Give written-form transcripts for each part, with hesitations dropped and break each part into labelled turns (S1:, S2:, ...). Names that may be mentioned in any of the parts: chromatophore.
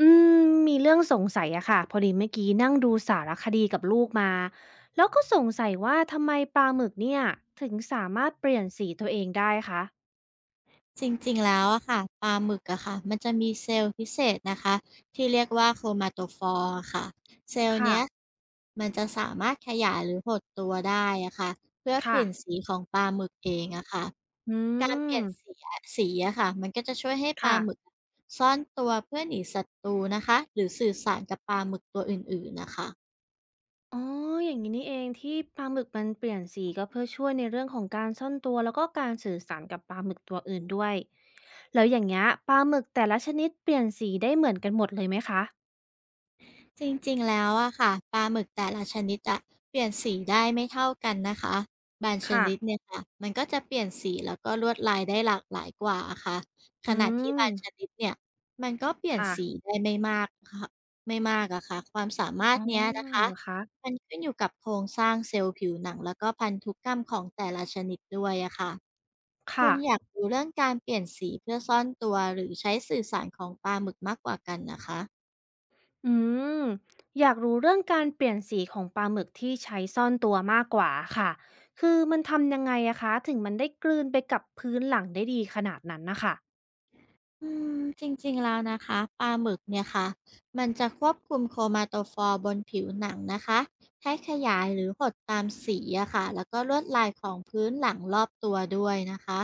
S1: อืมมีเรื่องสงสัยอะค่ะพอดีเมื่อกี้นั่งดูสารคดีกับลูกมาแล้วก็สงสัยว่าทำไมปลาหมึกเนี่ยถึงสามารถเปลี่ยนสีตัวเองได้คะ
S2: จริงๆ แล้วอะค่ะปลาหมึกอะค่ะมันจะมีเซลล์พิเศษนะคะที่เรียกว่าโค r o า a ต o p h o r e อะค่ะเซลล์
S1: ค่ะ
S2: เนี้ยมันจะสามารถขยายหรือหดตัวได้อะค่ะเพื่อเปลี่ยน
S1: ค่ะ
S2: สีของปลาหมึกเองอะค่ะ
S1: อื
S2: การเปลี่
S1: ม
S2: ยนสีสีอะค่ะมันก็จะช่วยให้ปลา
S1: ค่ะ
S2: หมึกซ่อนตัวเพื่อหนีศัตรูนะคะหรือสื่อสารกับปลาหมึกตัวอื่นๆน่ะค่ะ
S1: อ๋ออย่างนี้นี่เองที่ปลาหมึกมันเปลี่ยนสีก็เพื่อช่วยในเรื่องของการซ่อนตัวแล้วก็การสื่อสารกับปลาหมึกตัวอื่นด้วยแล้วอย่างเงี้ยปลาหมึกแต่ละชนิดเปลี่ยนสีได้เหมือนกันหมดเลยไหมคะ
S2: จริงๆแล้วอะค่ะปลาหมึกแต่ละชนิดอะเปลี่ยนสีได้ไม่เท่ากันนะคะบางช
S1: ค่ะ
S2: นิดเนี่ยค่ะมันก็จะเปลี่ยนสีแล้วก็ลวดลายได้หลากหลายกว่าอะค่ะข
S1: อื
S2: ณะที่
S1: ม
S2: บางชนิดเนี่ยมันก็เปลี่ยน
S1: ค่ะ
S2: สีได้ไม่มากค่ะไม่มากอะค่ะความสามาร
S1: อ๋
S2: ถ
S1: อ
S2: เนี้ยนะคะ
S1: เหรอคะ
S2: มันขึ้นอยู่กับโครงสร้างเซลล์ผิวหนังแล้วก็พันธุกรรมของแต่ละชนิดด้วยอะค่ะคุ
S1: ค่ะ
S2: ณอยากรู้เรื่องการเปลี่ยนสีเพื่อซ่อนตัวหรือใช้สื่อสารของปลาหมึกมากกว่ากันนะคะ
S1: อืมอยากรู้เรื่องการเปลี่ยนสีของปลาหมึกที่ใช้ซ่อนตัวมากกว่าค่ะคือมันทำยังไงอะคะถึงมันได้กลืนไปกับพื้นหลังได้ดีขนาดนั้นนะคะ
S2: จริงๆแล้วนะคะปลาหมึกเนี่ยค่ะมันจะควบคุมโครมาโตฟอร์บนผิวหนังนะคะให้ขยายหรือหดตามสีอะค่ะแล้วก็ลวดลายของพื้นหลังรอบตัวด้วยนะคะ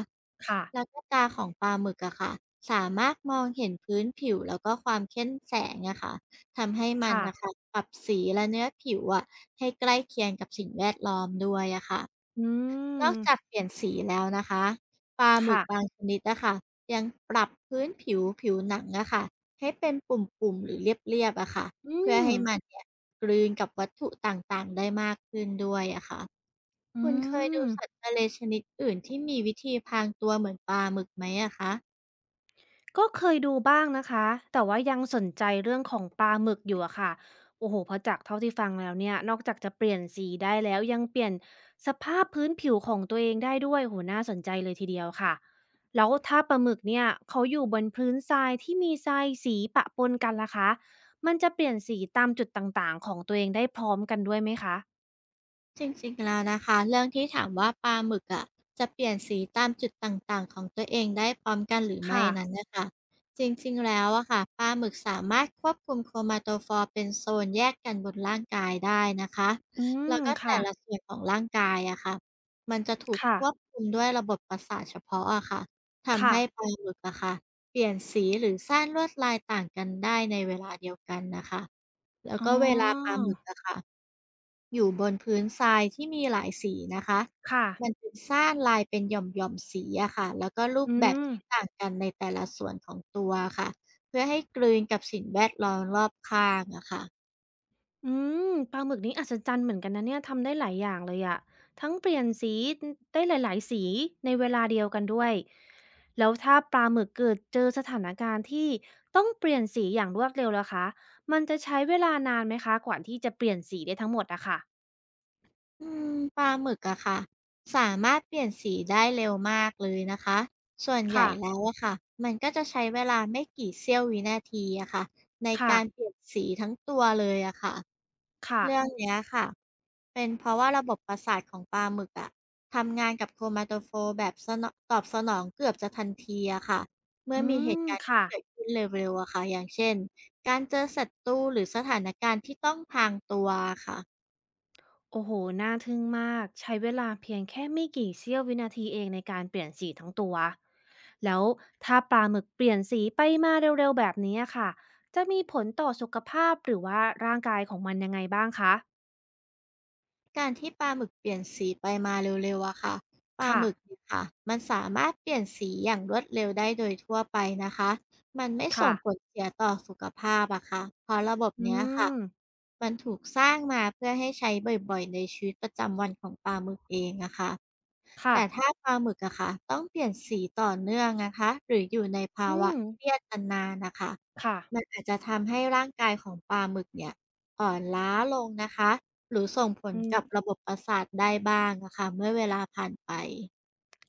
S1: ค่ะ
S2: แล้วก็ตาของปลาหมึกอะค่ะสามารถมองเห็นพื้นผิวแล้วก็ความเข้มแสงอะค่ะทำให้มัน
S1: ค่ะ
S2: นะคะปรับสีและเนื้อผิวอะให้ใกล้เคียงกับสิ่งแวดล้อมด้วยอะค่ะ
S1: อื
S2: น
S1: ม
S2: อกจากเปลี่ยนสีแล้วนะคะปลาหมึ
S1: ค่ะ
S2: กบางชนิดอะค่ะยังปรับพื้นผิวผิวหนังอะค่ะให้เป็นปุ่มๆหรือเรียบๆอะค่ะ
S1: อื
S2: เพื่อ
S1: ม
S2: ให้มันเนี่ยกลืนกับวัตถุต่างๆได้มากขึ้นด้วยอะค่ะ
S1: อื
S2: คุณเคยดู
S1: ม
S2: สัตว์ทะเลชนิดอื่นที่มีวิธีพรางตัวเหมือนปลาหมึกไหมอะคะ
S1: ก็เคยดูบ้างนะคะแต่ว่ายังสนใจเรื่องของปลาหมึกอยู่อะค่ะโอ้โหเพราะจากเท่าที่ฟังแล้วเนี่ยนอกจากจะเปลี่ยนสีได้แล้วยังเปลี่ยนสภาพพื้นผิวของตัวเองได้ด้วยโหน่าสนใจเลยทีเดียวค่ะแล้วถ้าปลาหมึกเนี่ยเขาอยู่บนพื้นทรายที่มีทรายสีปะปนกันล่ะคะมันจะเปลี่ยนสีตามจุดต่างๆของตัวเองได้พร้อมกันด้วยไหมคะ
S2: จริงๆแล้วนะคะ เรื่องที่ถามว่าปลาหมึกอะจะเปลี่ยนสีตามจุดต่างๆของตัวเองได้พร้อมกันหรือไม่
S1: ค่ะ
S2: นั้นน่ะค่ะจริงๆแล้วอะค่ะปลาหมึกสามารถควบคุมโครมาโตฟอร์เป็นโซนแยกกันบนร่างกายได้นะคะ
S1: อื
S2: แล้วก็แต่
S1: ค่ะ
S2: ละส่วนของร่างกายอะค่ะมันจะถูก
S1: ค่ะ
S2: ควบคุมด้วยระบบประสาทเฉพาะอะค่ะทำ
S1: ค่ะ
S2: ให้ปลาหมึกอะค่ะเปลี่ยนสีหรือสร้างลวดลายต่างกันได้ในเวลาเดียวกันนะคะแล้ว
S1: อ๋
S2: ก็เวลาป
S1: อ
S2: ลาหมึกอะค่ะ อยู่บนพื้นทรายที่มีหลายสีนะคะ
S1: ค่ะ
S2: มันจึสร้างลายเป็นหย่อมๆสีอะค่ะแล้วก็รูป
S1: อื
S2: แบบ
S1: ม
S2: ที่ต่างกันในแต่ละส่วนของตัวค่ะเพื่อให้กลืนกับสิ่งแวดล้อมรอบข้างอะค่ะ
S1: อืปลาหมึกนี้อัศจรรย์เหมือนกันนะเนี่ยทำได้หลายอย่างเลยอะทั้งเปลี่ยนสีได้หลายๆสีในเวลาเดียวกันด้วยแล้วถ้าปลาหมึกเกิดเจอสถานการณ์ที่ต้องเปลี่ยนสีอย่างรวดเร็วล่ะคะมันจะใช้เวลานานไหมคะกว่าที่จะเปลี่ยนสีได้ทั้งหมดอะค่ะ
S2: อืมปลาหมึกอะค่ะ สามารถเปลี่ยนสีได้เร็วมากเลยนะคะ ส่วนใหญ่
S1: ค่ะ
S2: แล้วอะค่ะ มันก็จะใช้เวลาไม่กี่เสี้ยววินาทีอะค่ะในการเป
S1: ค่ะ
S2: ลี่ยนสีทั้งตัวเลยอะค่ะ
S1: ค่ะ
S2: เรื่องเนี้ยค่ะ เป็นเพราะว่าระบบประสาทของปลาหมึกอะทำงานกับโครมาโตโฟร์แบบสนอตอบสนองเกือบจะทันทีอะค่ะเมื่
S1: อื
S2: อมีเห
S1: ม
S2: ตุการณ์ที่
S1: ค่ะ
S2: เกิดขึ้นเร็วๆอะค่ะอย่างเช่นการเจอศัตรูหรือสถานการณ์ที่ต้องพรางตัวค่ะ
S1: โอ้โฮน่าทึ่งมาก ใช้เวลาเพียงแค่ไม่กี่เสี้ยววินาทีเองในการเปลี่ยนสีทั้งตัว แล้วถ้าปลาหมึกเปลี่ยนสีไปมาเร็วๆแบบนี้อะค่ะ จะมีผลต่อสุขภาพหรือว่าร่างกายของมันยังไงบ้างคะ
S2: การที่ปลาหมึกเปลี่ยนสีไปมาเร็วๆอะค่ะปลา
S1: ค่ะ
S2: หมึกเนี่ยค่ะ มันสามารถเปลี่ยนสีอย่างรวดเร็วได้โดยทั่วไปนะคะ มันไม่
S1: ค่ะ
S2: ส่งผลเสียต่อสุขภาพอะค่ะเพราะระบบ
S1: อื
S2: เนี้ยค่ะ
S1: ม
S2: มันถูกสร้างมาเพื่อให้ใช้บ่อยๆในชีวิตประจำวันของปลาหมึกเองอะค่ะ
S1: ค่ะ
S2: แต่ถ้าปลาหมึกอะค่ะต้องเปลี่ยนสีต่อเนื่องนะคะหรืออยู่ในภา
S1: อื
S2: วะ
S1: ม
S2: เครียดนานๆนะคะ
S1: ค่ะ
S2: มันอาจจะทำให้ร่างกายของปลาหมึกเนี่ยอ่อนล้าลงนะคะหรือส่งผล
S1: อืม
S2: กับระบบประสาทได้บ้างอะค่ะเมื่อเวลาผ่านไป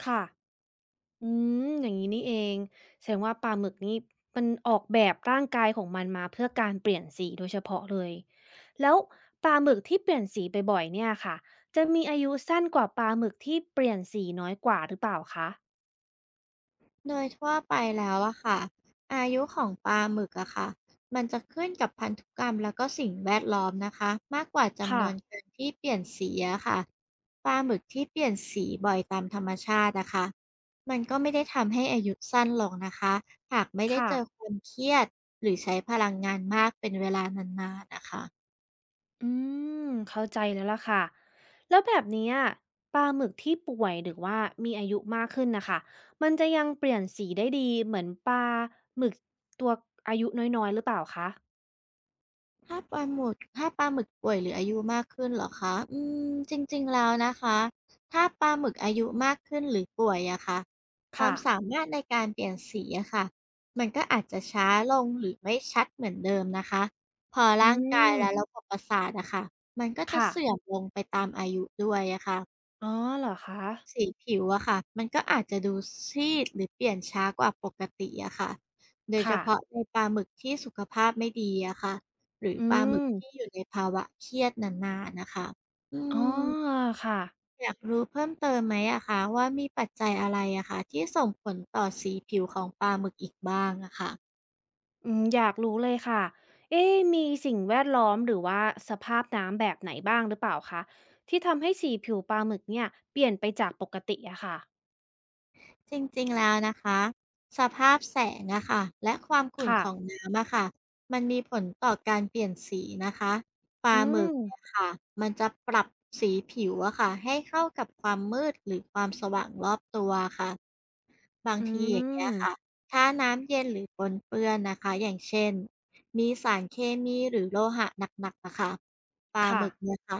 S1: ค่ะ อืมอย่างงี้นี่เองแสดงว่าปลาหมึกนี่มันออกแบบร่างกายของมันมาเพื่อการเปลี่ยนสีโดยเฉพาะเลยแล้วปลาหมึกที่เปลี่ยนสีบ่อยๆเนี่ยค่ะจะมีอายุสั้นกว่าปลาหมึกที่เปลี่ยนสีน้อยกว่าหรือเปล่าคะ
S2: โดยทั่วไปแล้วอะค่ะอายุของปลาหมึกอะค่ะมันจะขึ้นกับพันธุกรรมแล้วก็สิ่งแวดล้อมนะคะมากกว่าจำน
S1: ค่ะ
S2: วนการที่เปลี่ยนสีอะค่ะปลาหมึกที่เปลี่ยนสีบ่อยตามธรรมชาตินะคะมันก็ไม่ได้ทำให้อายุสั้นลงนะคะหากไม่ได้
S1: ค่ะ
S2: เจอความเครียดหรือใช้พลังงานมากเป็นเวลานานๆนะคะ
S1: อืมเข้าใจแล้วล่ะค่ะแล้วแบบเนี้ยปลาหมึกที่ป่วยหรือว่ามีอายุมากขึ้นนะคะมันจะยังเปลี่ยนสีได้ดีเหมือนปลาหมึกตัวอายุน้อยๆหรือเปล่าคะ
S2: ถ้าปลาหมึกป่วยหรืออายุมากขึ้นเหรอคะอืมจริงๆแล้วนะคะถ้าปลาหมึกอายุมากขึ้นหรือป่วยอะค่ะควา
S1: ค่ะ
S2: มสามารถในการเปลี่ยนสีอะค่ะมันก็อาจจะช้าลงหรือไม่ชัดเหมือนเดิมนะคะพอ
S1: อื
S2: ร่างกายและ
S1: ม
S2: ระบบประสาทอะค่ะมันก็จะ
S1: ค่ะ
S2: เสื่อมลงไปตามอายุด้วยอะค่ะ
S1: อ๋อเหรอคะ
S2: สีผิวอะค่ะมันก็อาจจะดูซีดหรือเปลี่ยนช้ากว่าปกติอะค่ะโดยเฉ
S1: ค่ะ
S2: พาะในปลาหมึกที่สุขภาพไม่ดีอะค่ะหรือ
S1: อื
S2: ปลาหมึ
S1: ม
S2: กที่อยู่ในภาวะเครียดนานๆนะคะอื
S1: อ๋อ
S2: ม
S1: ค่ะ
S2: อยากรู้เพิ่มเติมไหมอะคะว่ามีปัจจัยอะไรอะคะที่ส่งผลต่อสีผิวของปลาหมึกอีกบ้างอะค่ะ
S1: อยากรู้เลยค่ะ เอ๊ะมีสิ่งแวดล้อมหรือว่าสภาพน้ำแบบไหนบ้างหรือเปล่าคะที่ทำให้สีผิวปลาหมึกเนี่ยเปลี่ยนไปจากปกติอะค่ะ
S2: จริงๆแล้วนะคะสภาพแสงอะค่ะและความขุ่น
S1: ค่ะ
S2: ของน้ำอะค่ะมันมีผลต่อการเปลี่ยนสีนะคะปลา
S1: อื
S2: หมึก
S1: ม
S2: เนี่ยค่ะมันจะปรับสีผิวอะค่ะให้เข้ากับความมืดหรือความสว่างรอบตัวค่ะบาง
S1: อื
S2: ทีอย่างเงี้ย
S1: ม
S2: ค่ะถ้าน้ำเย็นหรือปนเปื้อนนะคะอย่างเช่นมีสารเคมีหรือโลหะหนักๆนะคะปลาห
S1: ค่ะ
S2: มึกเนี่ยค่ะ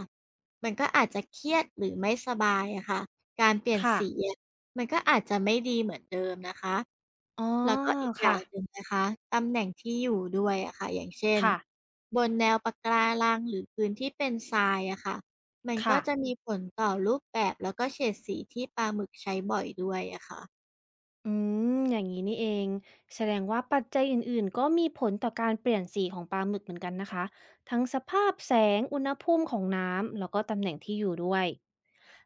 S2: มันก็อาจจะเครียดหรือไม่สบายอะค่ะการเปลี่ยน
S1: ค่ะ
S2: สี มันก็อาจจะไม่ดีเหมือนเดิมนะคะ
S1: อ๋อ
S2: แล้วก็อีกอย่า
S1: ค่ะ
S2: งหนึ่งนะคะตำแหน่งที่อยู่ด้วยอะค่ะอย่างเช่น
S1: ค่ะ
S2: บนแนวปะการังหรือพื้นที่เป็นทรายอะค่ะมันก็
S1: ค่ะ
S2: จะมีผลต่อรูปแบบแล้วก็เฉดสีที่ปลาหมึกใช้บ่อยด้วยอะค่ะ
S1: อืมอย่างนี้นี่เองแสดงว่าปัจจัยอื่นๆก็มีผลต่อการเปลี่ยนสีของปลาหมึกเหมือนกันนะคะทั้งสภาพแสงอุณหภูมิของน้ำแล้วก็ตำแหน่งที่อยู่ด้วย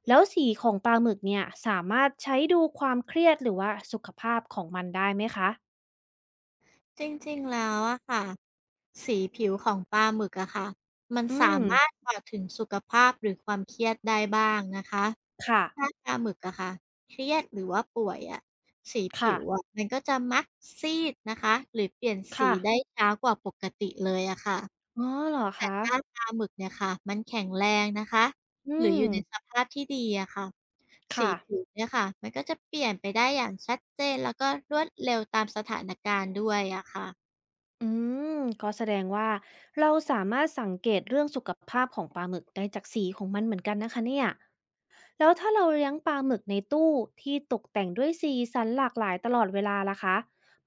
S1: แล้วสีของปลาหมึกเนี่ยสามารถใช้ดูความเครียดหรือว่าสุขภาพของมันได้ไหมคะ
S2: จริงๆแล้วอะค่ะสีผิวของปลาหมึกอะค่ะมัน
S1: อื
S2: สา
S1: ม
S2: มารถบอกถึงสุขภาพหรือความเครียดได้บ้างนะคะ
S1: ค่ะ
S2: ถ้าปลาหมึกอะค่ะเครียดหรือว่าป่วยอะสีผิว
S1: ค่ะ
S2: อะมันก็จะมักซีดนะคะหรือเปลี่ยนสี
S1: ค่ะ
S2: ได้ช้ากว่าปกติเลยอะค่ะ
S1: อ๋อเหรอ
S2: แต่
S1: คะ
S2: ถ้าปลาหมึกเนี่ยค่ะมันแข็งแรงนะคะ
S1: อื
S2: หรืออ
S1: ม
S2: ยู่ในสภาพที่ดีอะค่ะสี
S1: ค่ะ
S2: ผิวเนี่ยค่ะมันก็จะเปลี่ยนไปได้อย่างชัดเจนแล้วก็รวดเร็วตามสถานการณ์ด้วยอะค่ะ
S1: อืมก็แสดงว่าเราสามารถสังเกตเรื่องสุขภาพของปลาหมึกได้จากสีของมันเหมือนกันนะคะเนี่ย แล้วถ้าเราเลี้ยงปลาหมึกในตู้ที่ตกแต่งด้วยสีสันหลากหลายตลอดเวลาล่ะคะ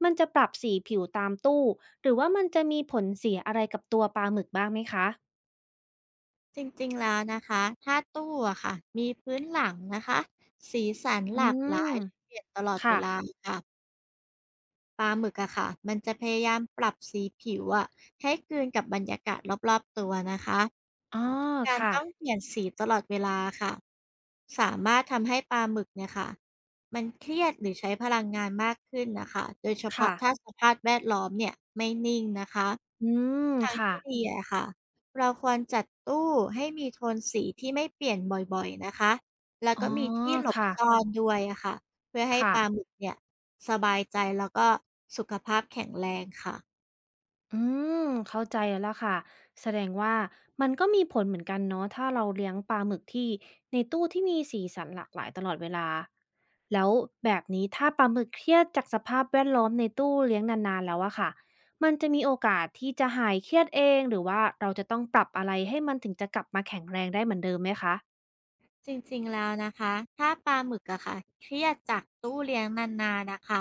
S1: มันจะปรับสีผิวตามตู้หรือว่ามันจะมีผลเสียอะไรกับตัวปลาหมึกบ้างไหมคะ
S2: จริงๆแล้วนะคะถ้าตู้อะค่ะมีพื้นหลังนะคะสีสัน
S1: อื
S2: หลากหลา
S1: ม
S2: ยหรือเปลี่ยนตลอดเว
S1: ค่ะ
S2: ลาค่ะ ปลาหมึกอะค่ะมันจะพยายามปรับสีผิวอะให้กลืนกับบรรยากาศรอบๆตัวนะคะ
S1: อ๋อ
S2: การ
S1: ค่ะ
S2: ต้องเปลี่ยนสีตลอดเวลาค่ะสามารถทำให้ปลาหมึกเนี่ยค่ะมันเครียดหรือใช้พลังงานมากขึ้นนะคะโดยเฉ
S1: ค่ะ
S2: พาะถ้าสภาพแวดล้อมเนี่ยไม่นิ่งนะคะ
S1: อืมค่ะ
S2: ที่ดีอะค่ะเราควรจัดตู้ให้มีโทนสีที่ไม่เปลี่ยนบ่อยๆนะคะแล้ว
S1: อ๋
S2: ก็
S1: อ
S2: มีที่หลบ
S1: ค่ะ
S2: ซ่อนด้วยอะค่ะเพื่อให้
S1: ค่ะ
S2: ปลาหมึกเนี่ยสบายใจแล้วก็สุขภาพแข็งแรงค่ะ
S1: อืมเข้าใจแล้วค่ะแสดงว่ามันก็มีผลเหมือนกันเนาะถ้าเราเลี้ยงปลาหมึกที่ในตู้ที่มีสีสันหลากหลายตลอดเวลาแล้วแบบนี้ถ้าปลาหมึกเครียดจากสภาพแวดล้อมในตู้เลี้ยงนานๆแล้วอะค่ะมันจะมีโอกาสที่จะหายเครียดเองหรือว่าเราจะต้องปรับอะไรให้มันถึงจะกลับมาแข็งแรงได้เหมือนเดิมไหมคะ
S2: จริงๆแล้วนะคะ ถ้าปลาหมึกอะค่ะเครียดจากตู้เลี้ยงนานๆนะค่ะ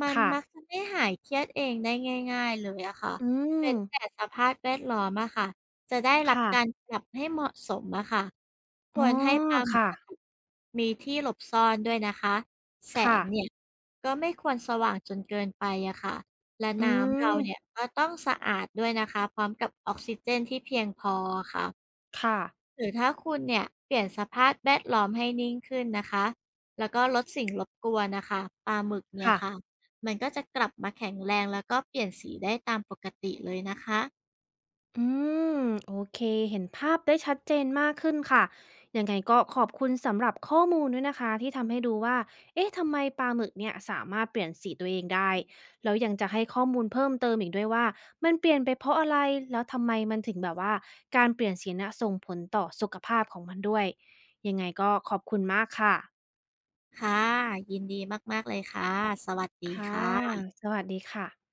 S2: มัน
S1: ค่ะ
S2: มักจะไม่หายเครียดเองได้ง่ายๆเลยอะค่ะ
S1: อื
S2: เว้
S1: ม
S2: นแต่สภาพแวดล้อมอะค่ะจะได้รับ
S1: ค่ะ
S2: การปรับให้เหมาะสมอะค่ะค
S1: อ๋อ
S2: วรให้ปลาหมึก
S1: ค่ะ
S2: อะค่ะมีที่หลบซ่อนด้วยนะคะ แส
S1: ค่ะ
S2: งเนี่ยก็ไม่ควรสว่างจนเกินไปอะค่ะและ
S1: อื
S2: น้ำเรา
S1: ม
S2: เนี่ยก็ต้องสะอาดด้วยนะคะพร้อมกับออกซิเจนที่เพียงพอค่ะ
S1: ค่ะ
S2: หรือถ้าคุณเนี่ยเปลี่ยนสภาพแวดล้อมให้นิ่งขึ้นนะคะแล้วก็ลดสิ่งรบกวนนะคะปลาหมึกเนี่ย
S1: ค่ะ
S2: ค่ะมันก็จะกลับมาแข็งแรงแล้วก็เปลี่ยนสีได้ตามปกติเลยนะคะ
S1: อืมโอเคเห็นภาพได้ชัดเจนมากขึ้นค่ะยังไงก็ขอบคุณสำหรับข้อมูลด้วยนะคะที่ทำให้ดูว่าเอ๊ะทำไมปลาหมึกเนี่ยสามารถเปลี่ยนสีตัวเองได้แล้วยังจะให้ข้อมูลเพิ่มเติมอีกด้วยว่ามันเปลี่ยนไปเพราะอะไรแล้วทำไมมันถึงแบบว่าการเปลี่ยนสีน่ะส่งผลต่อสุขภาพของมันด้วยยังไงก็ขอบคุณมากค่ะ
S2: ค่ะยินดีมากๆเลยค่ะสวัสดี
S1: ค่ะ
S2: ค่ะ
S1: สวัสดีค่ะ